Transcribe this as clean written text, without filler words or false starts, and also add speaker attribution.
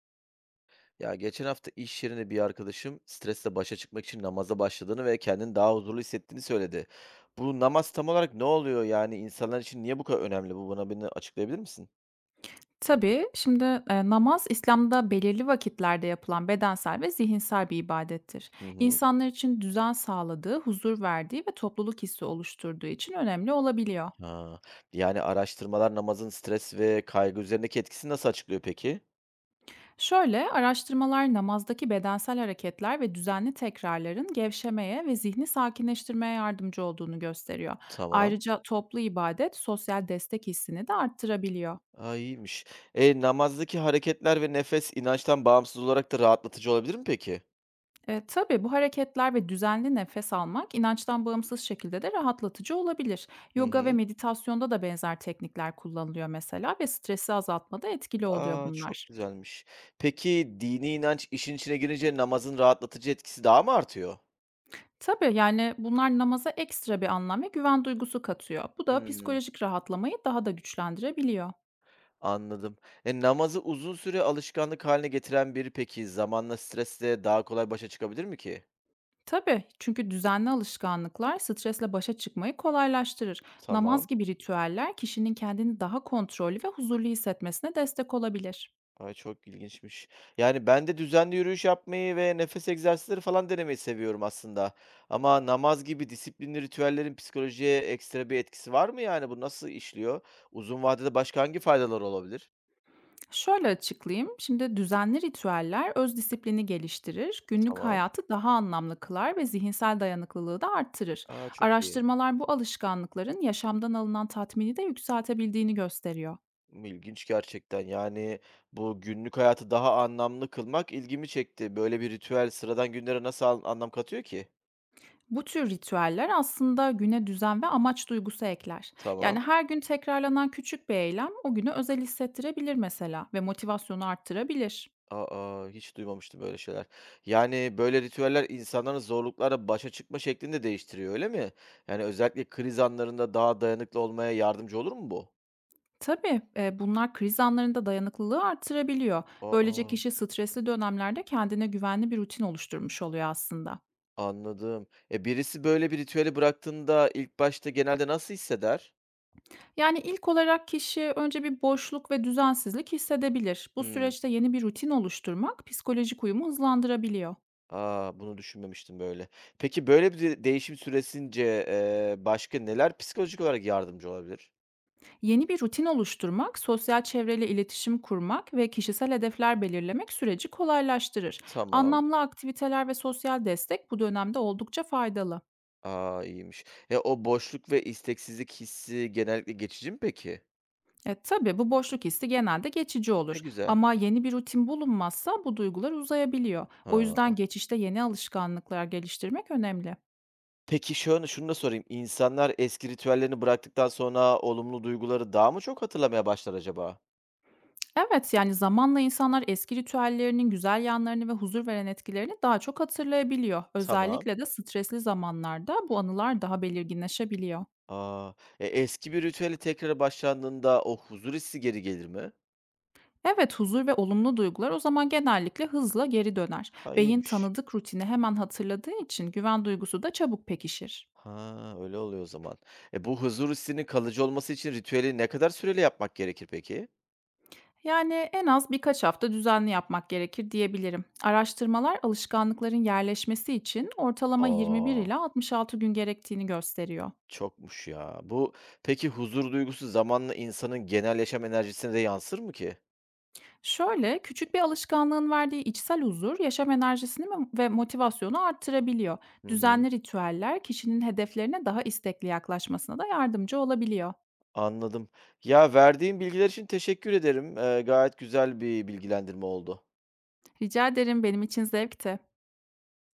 Speaker 1: Ya geçen hafta iş yerinde bir arkadaşım stresle başa çıkmak için namaza başladığını ve kendini daha huzurlu hissettiğini söyledi. Bu namaz tam olarak ne oluyor yani insanlar için niye bu kadar önemli? Bu bana beni açıklayabilir misin?
Speaker 2: Tabii. Şimdi, namaz İslam'da belirli vakitlerde yapılan bedensel ve zihinsel bir ibadettir.
Speaker 1: Hı hı.
Speaker 2: İnsanlar için düzen sağladığı, huzur verdiği ve topluluk hissi oluşturduğu için önemli olabiliyor.
Speaker 1: Ha. Yani araştırmalar namazın stres ve kaygı üzerindeki etkisini nasıl açıklıyor peki?
Speaker 2: Şöyle, araştırmalar namazdaki bedensel hareketler ve düzenli tekrarların gevşemeye ve zihni sakinleştirmeye yardımcı olduğunu gösteriyor.
Speaker 1: Tamam.
Speaker 2: Ayrıca toplu ibadet sosyal destek hissini de arttırabiliyor.
Speaker 1: Aa, iyiymiş. E, namazdaki hareketler ve nefes inançtan bağımsız olarak da rahatlatıcı olabilir mi peki?
Speaker 2: E, tabii bu hareketler ve düzenli nefes almak inançtan bağımsız şekilde de rahatlatıcı olabilir.
Speaker 1: Hı
Speaker 2: Yoga ve
Speaker 1: hı.
Speaker 2: meditasyonda da benzer teknikler kullanılıyor mesela ve stresi azaltmada etkili oluyor
Speaker 1: A, çok
Speaker 2: bunlar.
Speaker 1: güzelmiş. Peki dini inanç işin içine girince namazın rahatlatıcı etkisi daha mı artıyor?
Speaker 2: Tabii yani bunlar namaza ekstra bir anlam ve güven duygusu katıyor. Bu da
Speaker 1: Hımm,
Speaker 2: psikolojik rahatlamayı daha da güçlendirebiliyor.
Speaker 1: anladım. E, namazı uzun süre alışkanlık haline getiren biri peki zamanla stresle daha kolay başa çıkabilir mi ki?
Speaker 2: Tabii çünkü düzenli alışkanlıklar stresle başa çıkmayı kolaylaştırır. Namaz
Speaker 1: Tamam.
Speaker 2: gibi ritüeller kişinin kendini daha kontrollü ve huzurlu hissetmesine destek olabilir.
Speaker 1: Ay, çok ilginçmiş. Yani ben de düzenli yürüyüş yapmayı ve nefes egzersizleri falan denemeyi seviyorum aslında. Ama namaz gibi disiplinli ritüellerin psikolojiye ekstra bir etkisi var mı yani? Bu nasıl işliyor? Uzun vadede başka hangi faydalar olabilir?
Speaker 2: Şöyle açıklayayım. Şimdi düzenli ritüeller öz disiplini geliştirir, günlük
Speaker 1: Tamam.
Speaker 2: hayatı daha anlamlı kılar ve zihinsel dayanıklılığı da arttırır.
Speaker 1: A, çok iyi.
Speaker 2: Araştırmalar bu alışkanlıkların yaşamdan alınan tatmini de yükseltebildiğini gösteriyor.
Speaker 1: İlginç gerçekten. Yani, bu günlük hayatı daha anlamlı kılmak ilgimi çekti. Böyle bir ritüel sıradan günlere nasıl anlam katıyor ki?
Speaker 2: Bu tür ritüeller aslında güne düzen ve amaç duygusu ekler. Yani
Speaker 1: Tamam.
Speaker 2: her gün tekrarlanan küçük bir eylem o günü özel hissettirebilir mesela ve motivasyonu arttırabilir.
Speaker 1: Aa. Hiç duymamıştım böyle şeyler. Yani, böyle ritüeller insanların zorluklara başa çıkma şeklini de değiştiriyor, öyle mi? Yani, özellikle kriz anlarında daha dayanıklı olmaya yardımcı olur mu bu?
Speaker 2: Tabii, bunlar kriz anlarında dayanıklılığı artırabiliyor. Böylece
Speaker 1: Aa.
Speaker 2: kişi stresli dönemlerde kendine güvenli bir rutin oluşturmuş oluyor aslında.
Speaker 1: Anladım. E, birisi böyle bir ritüeli bıraktığında ilk başta genelde nasıl hisseder?
Speaker 2: Yani ilk olarak kişi önce bir boşluk ve düzensizlik hissedebilir. Bu
Speaker 1: Hıı.
Speaker 2: süreçte yeni bir rutin oluşturmak psikolojik uyumu hızlandırabiliyor.
Speaker 1: A! Bunu düşünmemiştim böyle. Peki, böyle bir de değişim süresince, başka neler psikolojik olarak yardımcı olabilir?
Speaker 2: Yeni bir rutin oluşturmak, sosyal çevreyle iletişim kurmak ve kişisel hedefler belirlemek süreci kolaylaştırır.
Speaker 1: Tamam.
Speaker 2: Anlamlı aktiviteler ve sosyal destek bu dönemde oldukça faydalı.
Speaker 1: A! İyiymiş. Ya, o boşluk ve isteksizlik hissi genellikle geçici mi peki?
Speaker 2: E, tabii bu boşluk hissi genelde geçici
Speaker 1: Ne
Speaker 2: olur
Speaker 1: güzel.
Speaker 2: ama yeni bir rutin bulunmazsa bu duygular uzayabiliyor. O yüzden
Speaker 1: Ha.
Speaker 2: geçişte yeni alışkanlıklar geliştirmek önemli.
Speaker 1: Peki, şunu da sorayım. İnsanlar eski ritüellerini bıraktıktan sonra olumlu duyguları daha mı çok hatırlamaya başlar acaba?
Speaker 2: Evet yani zamanla insanlar eski ritüellerinin güzel yanlarını ve huzur veren etkilerini daha çok hatırlayabiliyor.
Speaker 1: Tamam.
Speaker 2: Özellikle de stresli zamanlarda bu anılar daha belirginleşebiliyor.
Speaker 1: A! E, eski bir ritüeli tekrar başlandığında o huzur hissi geri gelir mi?
Speaker 2: Evet huzur ve olumlu duygular o zaman genellikle hızla geri döner.
Speaker 1: Ha,
Speaker 2: Beyin
Speaker 1: iyiymiş.
Speaker 2: tanıdık rutini hemen hatırladığı için güven duygusu da çabuk pekişir.
Speaker 1: Ha, öyle oluyor o zaman. E, bu huzur hissinin kalıcı olması için ritüeli ne kadar süreli yapmak gerekir peki?
Speaker 2: Yani en az birkaç hafta düzenli yapmak gerekir diyebilirim. Araştırmalar alışkanlıkların yerleşmesi için ortalama 21
Speaker 1: A!
Speaker 2: ila 66 gün gerektiğini gösteriyor.
Speaker 1: Çokmuş ya. Peki huzur duygusu zamanla insanın genel yaşam enerjisine de yansır mı ki?
Speaker 2: Şöyle küçük bir alışkanlığın verdiği içsel huzur yaşam enerjisini ve motivasyonu arttırabiliyor.
Speaker 1: Hı hı,
Speaker 2: Düzenli ritüeller kişinin hedeflerine daha istekli yaklaşmasına da yardımcı olabiliyor.
Speaker 1: anladım. Ya, verdiğin bilgiler için teşekkür ederim. Gayet güzel bir bilgilendirme oldu.
Speaker 2: Rica ederim benim için zevkti.